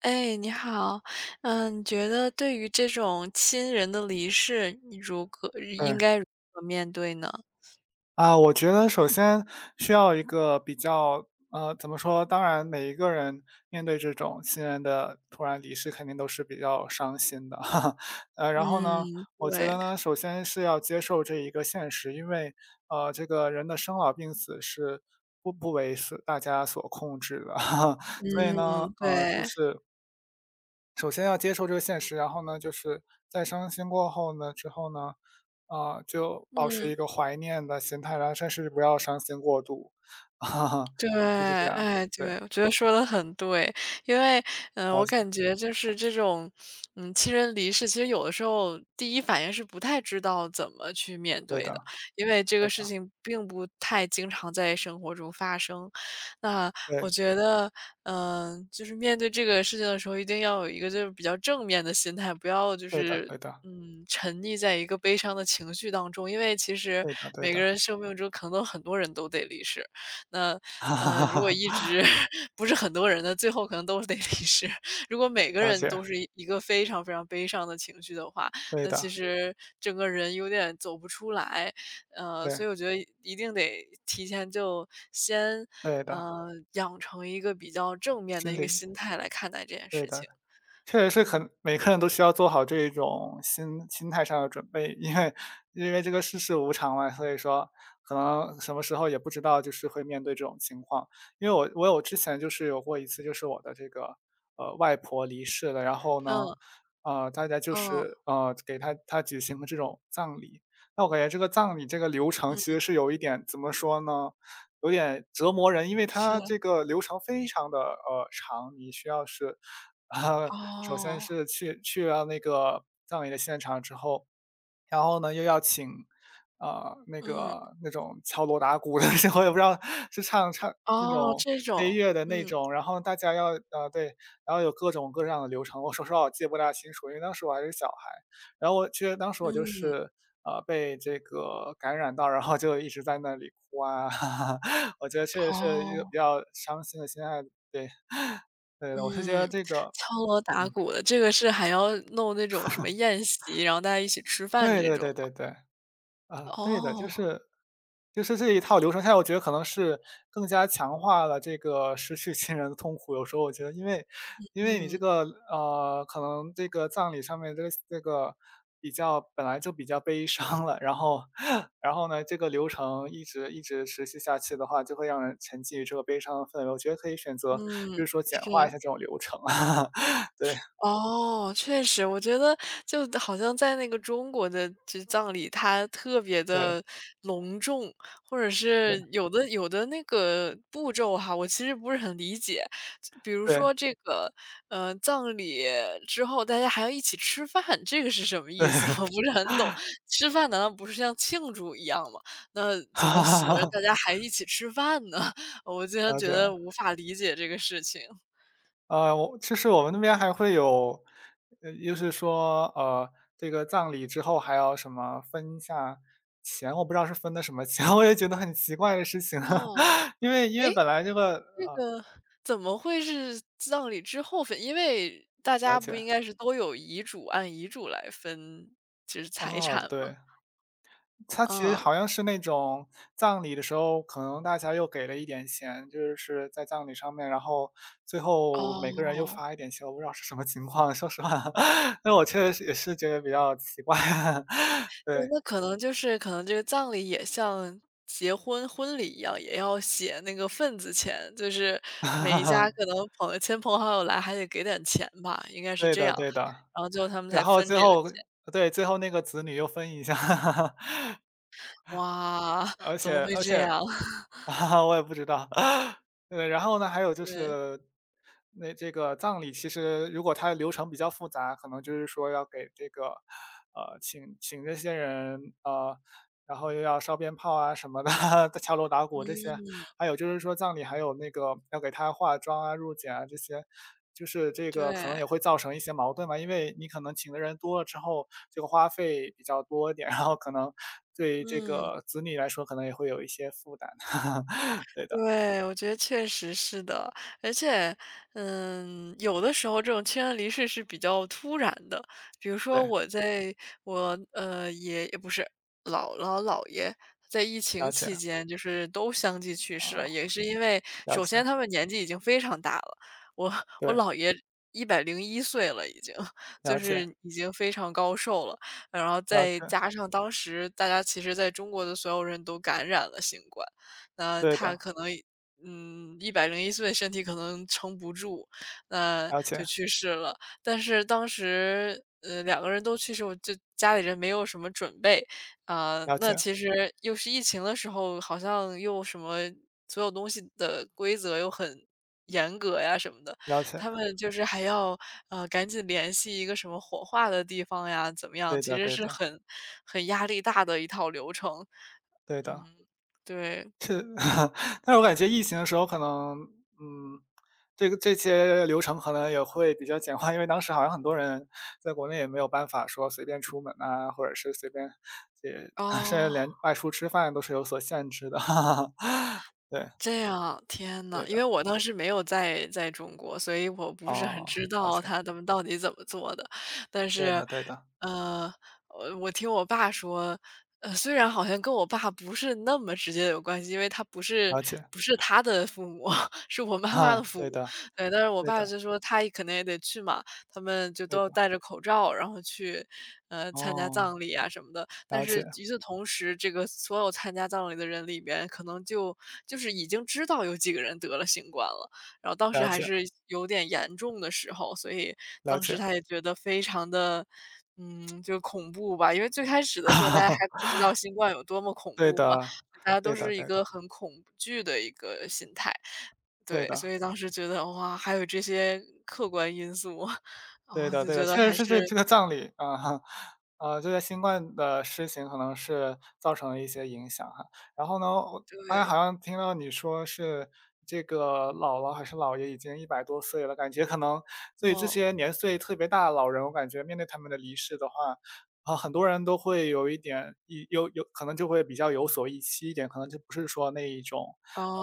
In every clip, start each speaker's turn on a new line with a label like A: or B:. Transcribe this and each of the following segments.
A: 哎，你好。你觉得对于这种亲人的离世，你
B: 对，
A: 应该如何面对呢？
B: 啊，我觉得首先需要一个比较怎么说，当然每一个人面对这种亲人的突然离世，肯定都是比较伤心的。然后呢，
A: 嗯，
B: 我觉
A: 对，
B: 得呢，首先是要接受这一个现实，因为，这个人的生老病死是不为是大家所控制的。所以呢，
A: 嗯，
B: 就
A: 对，
B: 是首先要接受这个现实，然后呢，就是在伤心过后呢之后呢，啊，就保持一
A: 嗯。
B: 个怀念的心态，然后甚至不要伤心过度。哈哈，
A: 对，
B: 就是这样。
A: 哎，
B: 对，
A: 对，我觉得说的很对。因为，我
B: 了解。
A: 感觉就是这种，亲人离世，其实有的时候第一反应是不太知道怎么去面
B: 对
A: 对的，
B: 的，
A: 因为这个
B: 对
A: 事
B: 的。
A: 情并不太经常在生活中发生。那我
B: 对，
A: 觉得，就是面对这个事情的时候，一定要有一个就是比较正面的心态，不要就
B: 对的，
A: 是。
B: 对的，
A: 嗯，沉溺在一个悲伤的情绪当中，因为其实
B: 对的，对
A: 每个
B: 的。
A: 人生命中可能都很多人都得离世，那，
B: 哈哈
A: 如
B: 哈
A: 果一
B: 哈。
A: 直 不是很多人的，最后可能都是得离世。如果每个
B: 了
A: 人
B: 解，
A: 都是一个非常非常悲伤的情绪的话，
B: 对
A: 那其
B: 的。
A: 实整个人有点走不出来。
B: 对，
A: 所以我觉得一定得提前就先，
B: 对的。
A: 呃，养成一个比较正面的
B: 心
A: 一个
B: 理，
A: 心态来看待这件
B: 对
A: 事
B: 的。
A: 情。
B: 确实是
A: 嗯，
B: 很每个人都需要做好这一种心态上的准备，因为这个世事无常嘛，所以说可能什么时候也不知道，就是会面对这种情况。因为我有之前就是有过一次，就是我的这个外婆离世了，然后呢，
A: 嗯，
B: 大家就
A: 哦，
B: 是给她举行了这种葬礼。那我感觉这个葬礼这个流程
A: 嗯，
B: 其实是有一点怎么说呢，有点折磨人，因为
A: 是，
B: 它这个流程非常的长，你需要是啊，首先
A: 哦，
B: 是去了那个葬礼的现场之后，然后呢，又要请，那
A: 嗯，
B: 个那种敲锣打鼓的 时候，我也不知道是唱唱那
A: 哦，
B: 种
A: 这
B: 悲
A: 种，
B: 乐的那
A: 嗯，
B: 种，然后大家要对，然后有各种各样的流程。我说实话我记不大清楚，因为当时我还是小孩。然后我其实当时我就
A: 嗯，
B: 是，被这个感染到，然后就一直在那里哭啊。我觉得确实是一个
A: 哦。
B: 比较伤心的心爱。对。对的，我是觉
A: 嗯，
B: 得这个
A: 敲锣打
B: 嗯，
A: 鼓的，这个是还要弄那种什么宴席，然后大家一起吃饭
B: 对
A: 这
B: 对
A: 种
B: 对
A: 吗？
B: 对对，啊，对的，就
A: 哦，
B: 是就是这一套流程下来，我觉得可能是更加强化了这个失去亲人的痛苦。有时候我觉得，因为你这
A: 嗯，
B: 个可能这个葬礼上面这个比较本来就比较悲伤了，然后 然后呢，这个流程一直一直持续下去的话，就会让人沉浸于这个悲伤的氛围。我觉得可以选择，
A: 嗯，
B: 就是说简
A: 是。
B: 化一下这种流程。对
A: 哦，确实，我觉得就好像在那个中国的这葬礼，它特别
B: 对
A: 的隆重，或者是
B: 对
A: 有的那个步骤哈，我其实不是很理解。比如
B: 对
A: 说这个，葬礼之后大家还要一起吃饭，这个是什么
B: 对。
A: 意思？我不是很懂。吃饭难道不是像庆祝一样吗？那怎
B: 哈
A: 么
B: 哈
A: 死
B: 哈
A: 了
B: 哈，
A: 大家还一起吃饭呢？我经常
B: 了
A: 觉
B: 解。
A: 得无法理解这个事情。
B: 我其实我们那边还会有，就是说，这个葬礼之后还要什么分一下钱，我不知道是分的什么钱。我也觉得很奇怪的事情啊。
A: 哦，
B: 因为
A: 诶
B: 本来这个
A: 这个怎么会是葬礼之后分？因为大家
B: 了
A: 不
B: 解，
A: 应该是都有遗嘱，按遗嘱来分就是财
B: 哦，
A: 产吗？
B: 对，他其实
A: 啊，
B: 好像是那种葬礼的时候，可能大家又给了一点钱，就是在葬礼上面，然后最后每个
A: 哦，
B: 人又发一点钱，我不知道是什么情况，说实话。那我确实也是觉得比较奇怪啊。
A: 对，
B: 对。
A: 那可能就是可能这个葬礼也像结婚婚礼一样，也要写那个份子钱，就是每一家 可能亲朋好友来还得给点钱吧，应该是
B: 对
A: 这
B: 的
A: 样，
B: 对的，
A: 然后最后他们才
B: 然后
A: 分
B: 最
A: 这个
B: 后
A: 钱。
B: 对，最后那个子女又分一下。
A: 哇，
B: 而
A: 怎么
B: 且
A: 会
B: 而
A: 这
B: 且
A: 样？
B: 啊我也不知道。对，然后呢，还有就
A: 对，
B: 是，那这个葬礼其实如果它的流程比较复杂，可能就是说要给这个，请这些人，然后又要烧鞭炮啊什么的。敲锣打鼓这
A: 嗯，
B: 些。还有就是说葬礼还有那个要给他化妆啊、入殓啊这些，就是这个可能
A: 对，
B: 也会造成一些矛盾嘛，因为你可能请的人多了之后，这个花费比较多一点，然后可能对这
A: 嗯。
B: 个子女来说可能也会有一些负担。对的，
A: 对，我觉得确实是的。而且，有的时候这种亲人离世是比较突然的。比如说
B: 对，
A: 我在我，爷也不是，姥姥姥爷在疫情
B: 了
A: 期
B: 解，
A: 间就是都相继去世
B: 啊，
A: 了，也是因为
B: 了
A: 首先
B: 解，
A: 他们年纪已经非常大了，我我
B: 对，
A: 姥爷一百零一岁了已经，就
B: 了解，
A: 是已经非常高寿了。然后
B: 了
A: 再
B: 解，
A: 加上当时大家其实在中国的所有人都感染了新冠。那
B: 对
A: 他
B: 的，
A: 可能一百零一岁身体可能撑不住，那
B: 了
A: 就
B: 解，
A: 去世了。但是当时，两个人都去世，我就家里人没有什么准备。啊，
B: 了
A: 那
B: 解，
A: 其实又是疫情的时候，好像又什么所有东西的规则又很严格呀什么的，
B: 了解，
A: 他们就是还要，赶紧联系一个什么火化的地方呀，怎么样，
B: 对
A: 其
B: 的，
A: 实
B: 对
A: 是
B: 的，
A: 很压力大的一套流程。
B: 对
A: 嗯，
B: 的。
A: 对。
B: 是。但是我感觉疫情的时候可能，嗯，这个这些流程可能也会比较简化，因为当时好像很多人在国内也没有办法说随便出门啊，或者是随便也 甚至
A: 哦，
B: 连外出吃饭都是有所限制的。对，
A: 这样，天呐，
B: 对
A: 因
B: 的，
A: 为我当时没有在中国，所以我不是很
B: 哦，
A: 知
B: 了
A: 道
B: 解，
A: 他们到底怎么做的。但
B: 对
A: 是，
B: 的对的，
A: 呃，我听我爸说，虽然好像跟我爸不是那么直接有关系，因为他不是
B: 了解。
A: 不是他的父母，是我 妈妈的
B: 哈，
A: 父
B: 对
A: 母。
B: 的
A: 对，但是我
B: 对
A: 爸
B: 的
A: 就说他可能也得去嘛，他们就
B: 对
A: 都
B: 的，
A: 戴着口罩，然后去，参加
B: 哦，
A: 葬礼啊什么的。但
B: 了
A: 是
B: 解
A: 与此同时，这个所有参加葬礼的人里边，可能就已经知道有几个人得了新冠了，然后当时
B: 了
A: 还
B: 解
A: 是有点严重的时候，所以
B: 了
A: 当时
B: 解。
A: 他也觉得非常的，就恐怖吧。因为最开始的 时候大
B: 哈
A: 家
B: 哈，
A: 还不知道新冠有多么恐
B: 对
A: 怖嘛，
B: 的
A: 大家都
B: 对的
A: 是一
B: 对
A: 个
B: 的
A: 很恐惧的一个心态。
B: 对
A: 对，所
B: 的。
A: 以当时觉得，哇，还有这些客观因素，
B: 对
A: 啊，
B: 的
A: 就
B: 对的，
A: 觉得
B: 确实
A: 还
B: 是这
A: 是
B: 这个葬礼，啊哈，这个新冠的事情可能是造成了一些影响哈。然后呢，我刚才
A: 对，
B: 好像听到你说是这个姥姥还是姥爷已经一百多岁了，感觉可能对这
A: 哦，
B: 些年岁特别大的老人，我感觉面对他们的离世的话，啊，很多人都会有一点有可能就会比较有所预期一点，可能就不是说那一种，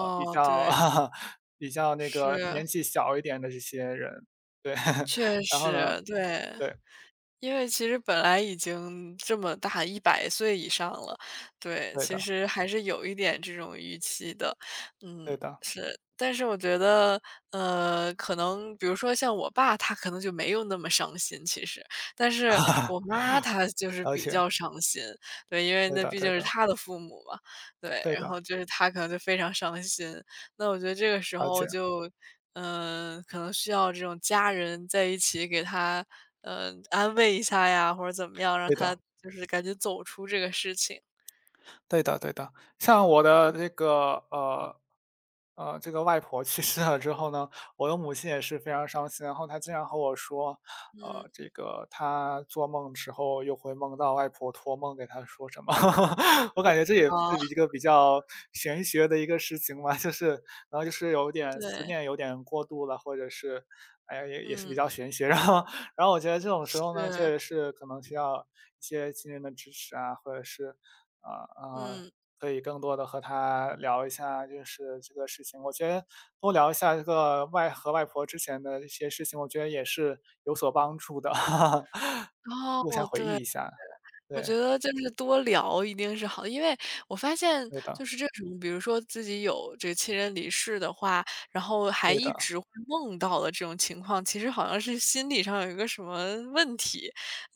B: 比较
A: 对，
B: 比较那个
A: 是。
B: 年纪小一点的这些人，对。
A: 确
B: 然后呢
A: 实，对。
B: 对，
A: 因为其实本来已经这么大100岁以上了，对，
B: 对
A: 其
B: 的，
A: 实还是有一点这种预期的，嗯。
B: 对的，
A: 但是我觉得，可能比如说像我爸，他可能就没有那么伤心其实，但是我妈她就是
B: 而
A: 比
B: 且
A: 较伤心，对，因为
B: 对
A: 那
B: 的
A: 毕竟
B: 对
A: 是
B: 的
A: 她的父母嘛，对，
B: 对
A: 然
B: 的，
A: 后就是她可能就非常伤心。那我觉得这个时
B: 而
A: 候
B: 且
A: 就，可能需要这种家人在一起给她，安慰一下呀，或者怎么样，让
B: 对
A: 她
B: 的。
A: 就是赶紧走出这个事情。
B: 对的对的，像我的这个外婆去世了之后呢，我的母亲也是非常伤心。然后她经常和我说，
A: 嗯，
B: 这个她做梦时候又会梦到外婆托梦给她说什么。我感觉这也
A: 啊，
B: 是一个比较玄学的一个事情嘛，就是然后就是有点思
A: 对，
B: 念有点过度了，或者是，哎呀，也是比
A: 嗯，
B: 较玄学。然后我觉得这种时候呢，确
A: 是，
B: 实是可能需要一些亲人的支持啊，或者是啊啊，
A: 嗯，
B: 可以更多的和他聊一下就是这个事情。我觉得多聊一下这个外和外婆之前的一些事情，我觉得也是有所帮助的。互
A: 哦，
B: 相回
A: 对。
B: 忆一下。
A: 我觉
B: 对，
A: 得就是多聊一定是好的因为我发现
B: 对
A: 就
B: 的，
A: 是这种，比如说自己有这个亲人离世的话，然后还
B: 对
A: 一
B: 的。
A: 直会梦到的这种情况，其实好像是心理上有一个什么问题，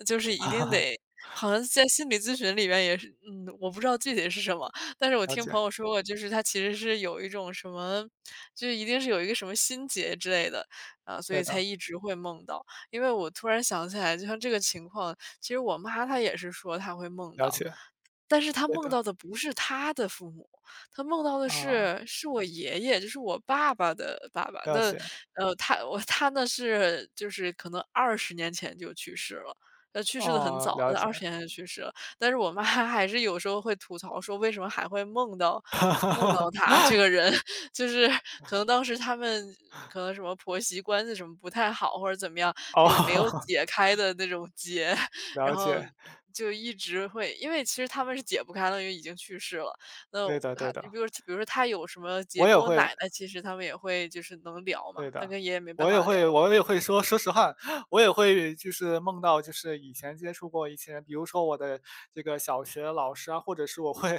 A: 就是一定得 好像在心理咨询里边也是，我不知道具体是什么，但是我
B: 了
A: 听朋
B: 解，
A: 友说过，就是他其实是有一种什么，就一定是有一个什么心结之类的，啊，所以
B: 对
A: 才
B: 的，
A: 一直会梦到。因为我突然想起来，就像这个情况，其实我妈她也是说她会梦
B: 了
A: 到，
B: 解，
A: 但是他
B: 对
A: 梦
B: 的，
A: 到的不是他的父母，他梦到的
B: 啊，
A: 是我爷爷，就是我爸爸的爸爸。
B: 了
A: 那，
B: 解，
A: 他呢是就是可能二十年前就去世了，去世的很
B: 哦，
A: 早，
B: 了解。
A: 二十年前就去世了。但是我妈 还是有时候会吐槽说为什么还会梦到 他这个人，就是可能当时他们可能什么婆媳关系什么不太好，或者怎么样，
B: 哦。
A: 就有没有 解开的那种结，然
B: 了
A: 后
B: 解，
A: 就一直会因为其实他们是解不开的，因为已经去世了。那
B: 对
A: 我
B: 的对
A: 还比
B: 的，
A: 如比如说他有什么结
B: 我也
A: 跟我
B: 会
A: 奶奶，其实他们也会就是能聊嘛，
B: 对
A: 但
B: 的，
A: 跟爷爷没办
B: 我
A: 法
B: 也
A: 聊。
B: 会我也会说，说实话。我也会就是梦到，就是以前接触过一些人，比如说我的这个小学老师啊，或者是我会，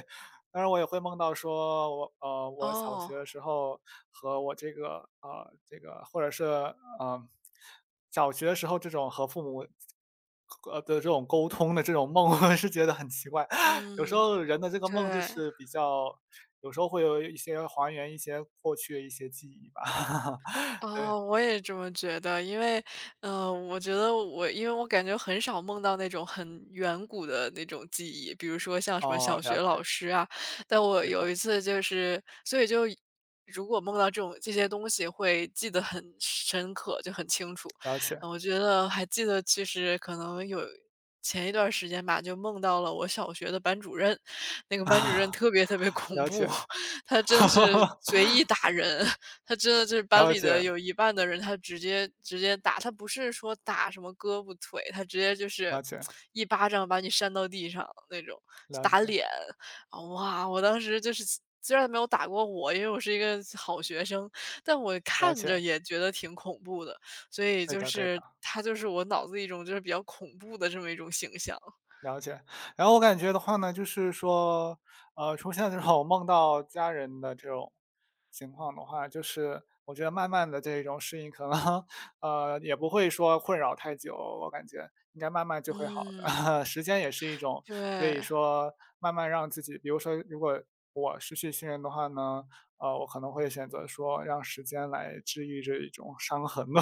B: 当然我也会梦到说我小
A: 哦，
B: 学的时候和我这个，或者是呃小学的时候这种和父母的这种沟通的这种梦。我是觉得很奇怪。有时
A: 嗯，
B: 候人的这个梦就
A: 对。
B: 是比较，有时候会有一些还原一些过去的一些记忆吧。对，
A: 哦，我也这么觉得，因为，我觉得我，因为我感觉很少梦到那种很远古的那种记忆，比如说像什么小
B: 哦，
A: 学
B: 了
A: 老
B: 解，
A: 师啊，但我
B: 对的，
A: 有一次就是，所以就如果梦到这些东西，会记得很深刻，就很清楚。
B: 了解，
A: 我觉得还记得，其实可能有前一段时间吧，就梦到了我小学的班主任，那个班主任特别特别恐
B: 了
A: 怖，
B: 解。
A: 他真的是随 意打人，他真的就是班
B: 了
A: 里的
B: 解，
A: 有一半的人，他直接打，他不是说打什么胳膊腿，他直接就是
B: 了解，
A: 一巴掌把你扇到地上那种，
B: 了解，
A: 打脸。啊哇，我当时就是虽然没有打过我，因为我是一个好学生，但我
B: 了
A: 看着
B: 解，
A: 也觉得挺恐怖的，所以
B: 对
A: 就
B: 的对
A: 是
B: 的。
A: 他就是我脑子一种就是比较恐怖的这么一种形象。
B: 了解，然后我感觉的话呢，就是说，出现这种梦到家人的这种情况的话，就是我觉得慢慢的这种适应可能。也不会说困扰太久，我感觉应该慢慢就会好
A: 嗯，
B: 的。时间也是一种可以
A: 对。
B: 说慢慢让自己比如说如果我失去亲人的话呢，我可能会选择说让时间来治愈这一种伤痕吧。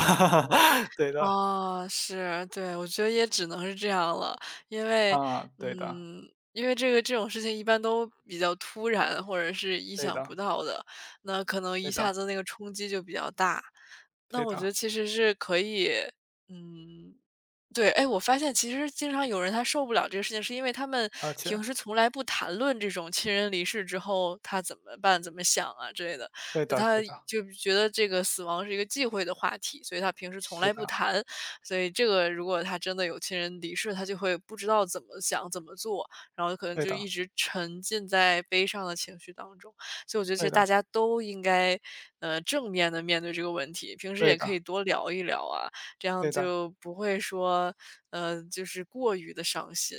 B: 对的，
A: 哦，是，对，我觉得也只能是这样了。因为
B: 啊，对的，
A: 嗯，因为这个这种事情一般都比较突然，或者是意
B: 对
A: 想不
B: 的，
A: 到的，那可能一
B: 对的，
A: 下子那个冲击就比较大。那
B: 对
A: 我觉
B: 的，
A: 得其实是可以嗯，对，哎，我发现其实经常有人他受不了这个事情，是因为他们
B: 而且
A: 平时从来不谈论这种亲人离世之后他怎么办、怎么想啊之类的。
B: 对
A: 就
B: 的
A: 他
B: 对的
A: 就觉得这个死亡是一个忌讳的话题，所以他平时从
B: 对
A: 来不
B: 的
A: 谈。所以这个如果他真的有亲人离世，他就会不知道怎么想、怎么做，然后可能
B: 对
A: 就一
B: 的
A: 直沉浸在悲伤的情绪当中。所以我觉得其
B: 对
A: 实大
B: 的
A: 家都应该，正面的面对这个问题，平时
B: 对
A: 也可以
B: 的
A: 多聊一聊啊，这样
B: 对的
A: 就不会说，就是过于的伤心。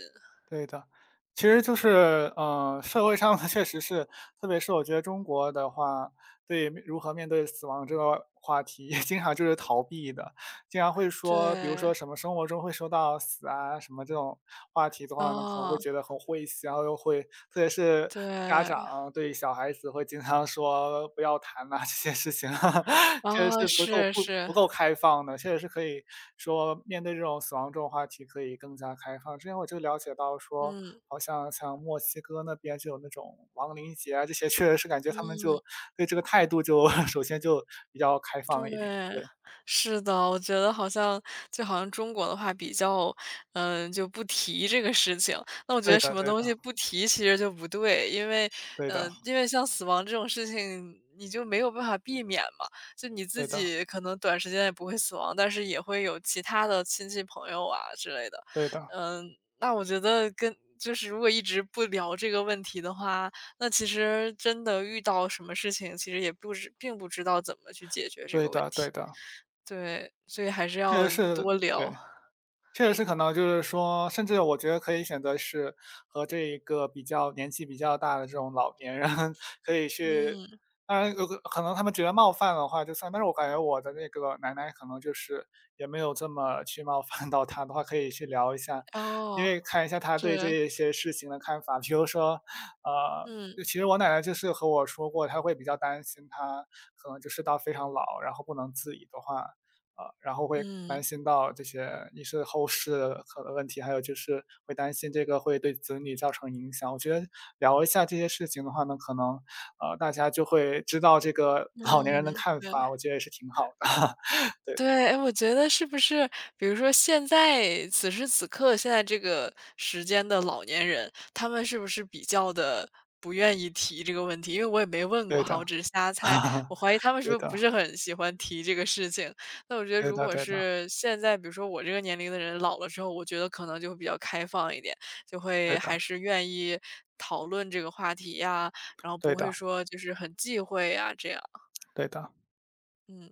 B: 对的。其实就是，社会上 确实是，特别是我觉得中国的话，对面如何面对死亡这个话题。经常就是逃避的。经常会说，比如
A: 对，
B: 说什么生活中会说到死啊，什么这种话题的话呢，可能会
A: 哦，
B: 觉得很晦气，然后又会特别是家
A: 对，
B: 长对小孩子会经常说不要谈呐，这些事情。确实
A: 哦，
B: 是不够
A: 是
B: 不
A: 是，
B: 不够开放的，确实是可以说面对这种死亡这种话题可以更加开放。之前我就了解到说，
A: 嗯。
B: 好像像墨西哥那边就有那种亡灵节啊，这些确实是感觉他们就对这个态度就 首先就比较开放一点。
A: 对，
B: 对，
A: 是的，我觉得就好像中国的话比较，就不提这个事情。那我觉
B: 对
A: 得什
B: 的，
A: 么
B: 对
A: 东
B: 的，
A: 西不提其实就不对，因为，
B: 对的，
A: 因为像死亡这种事情，你就没有办法避免嘛。就你自
B: 对的，
A: 己可能短时间也不会死亡，但是也会有其他的亲戚朋友啊之类的。
B: 对的，
A: 嗯，那我觉得就是如果一直不聊这个问题的话，那其实真的遇到什么事情，其实也不知并不知道怎么去解决这个
B: 对
A: 问
B: 的，
A: 题。
B: 对的，
A: 对，所以还是
B: 确
A: 要
B: 实
A: 多
B: 是，
A: 聊。
B: 对。确实是可能就是说，甚至我觉得可以选择是和这一个比较年纪比较大的这种老年人 可以去
A: 嗯，
B: 当然有可能他们觉得冒犯的话就算，但是我感觉我的那个奶奶可能就是也没有这么去冒犯到他的话，可以去聊一下，因
A: 哦，
B: 为看一下她对
A: 是，
B: 这些事情的看法。比如说，呃，
A: 嗯
B: 就其实我奶奶就是和我说过，她会比较担心她可能就是到非常老，然后不能自理的话，然后会担
A: 嗯
B: 心到这些一是后事的可能问题，还有就是会担心这个会对子女造成影响。我觉得聊一下这些事情的话呢，可能，大家就会知道这个
A: 嗯，
B: 老年人的看
A: 对。
B: 法，我觉得也是挺好的。
A: 对，哎，我觉得是不是，比如说现在此时此刻，现在这个时间的老年人，他们是不是比较的不愿意提这个问题？因为我也没问过
B: 对
A: 哈，
B: 的。
A: 我只是瞎猜，我 怀疑他们是不
B: 对
A: 是不
B: 的，
A: 是很喜欢提这个事情。那我觉得
B: 对
A: 如
B: 的，
A: 果
B: 对的，
A: 是现在，比如说我这个年龄的人老了之后，我觉得可能就会比较开放一点，就会
B: 对
A: 还
B: 的，
A: 是愿意讨论这个话题呀，然后不
B: 对
A: 会
B: 的，
A: 说就是很忌讳呀，这样，
B: 对的。
A: 嗯。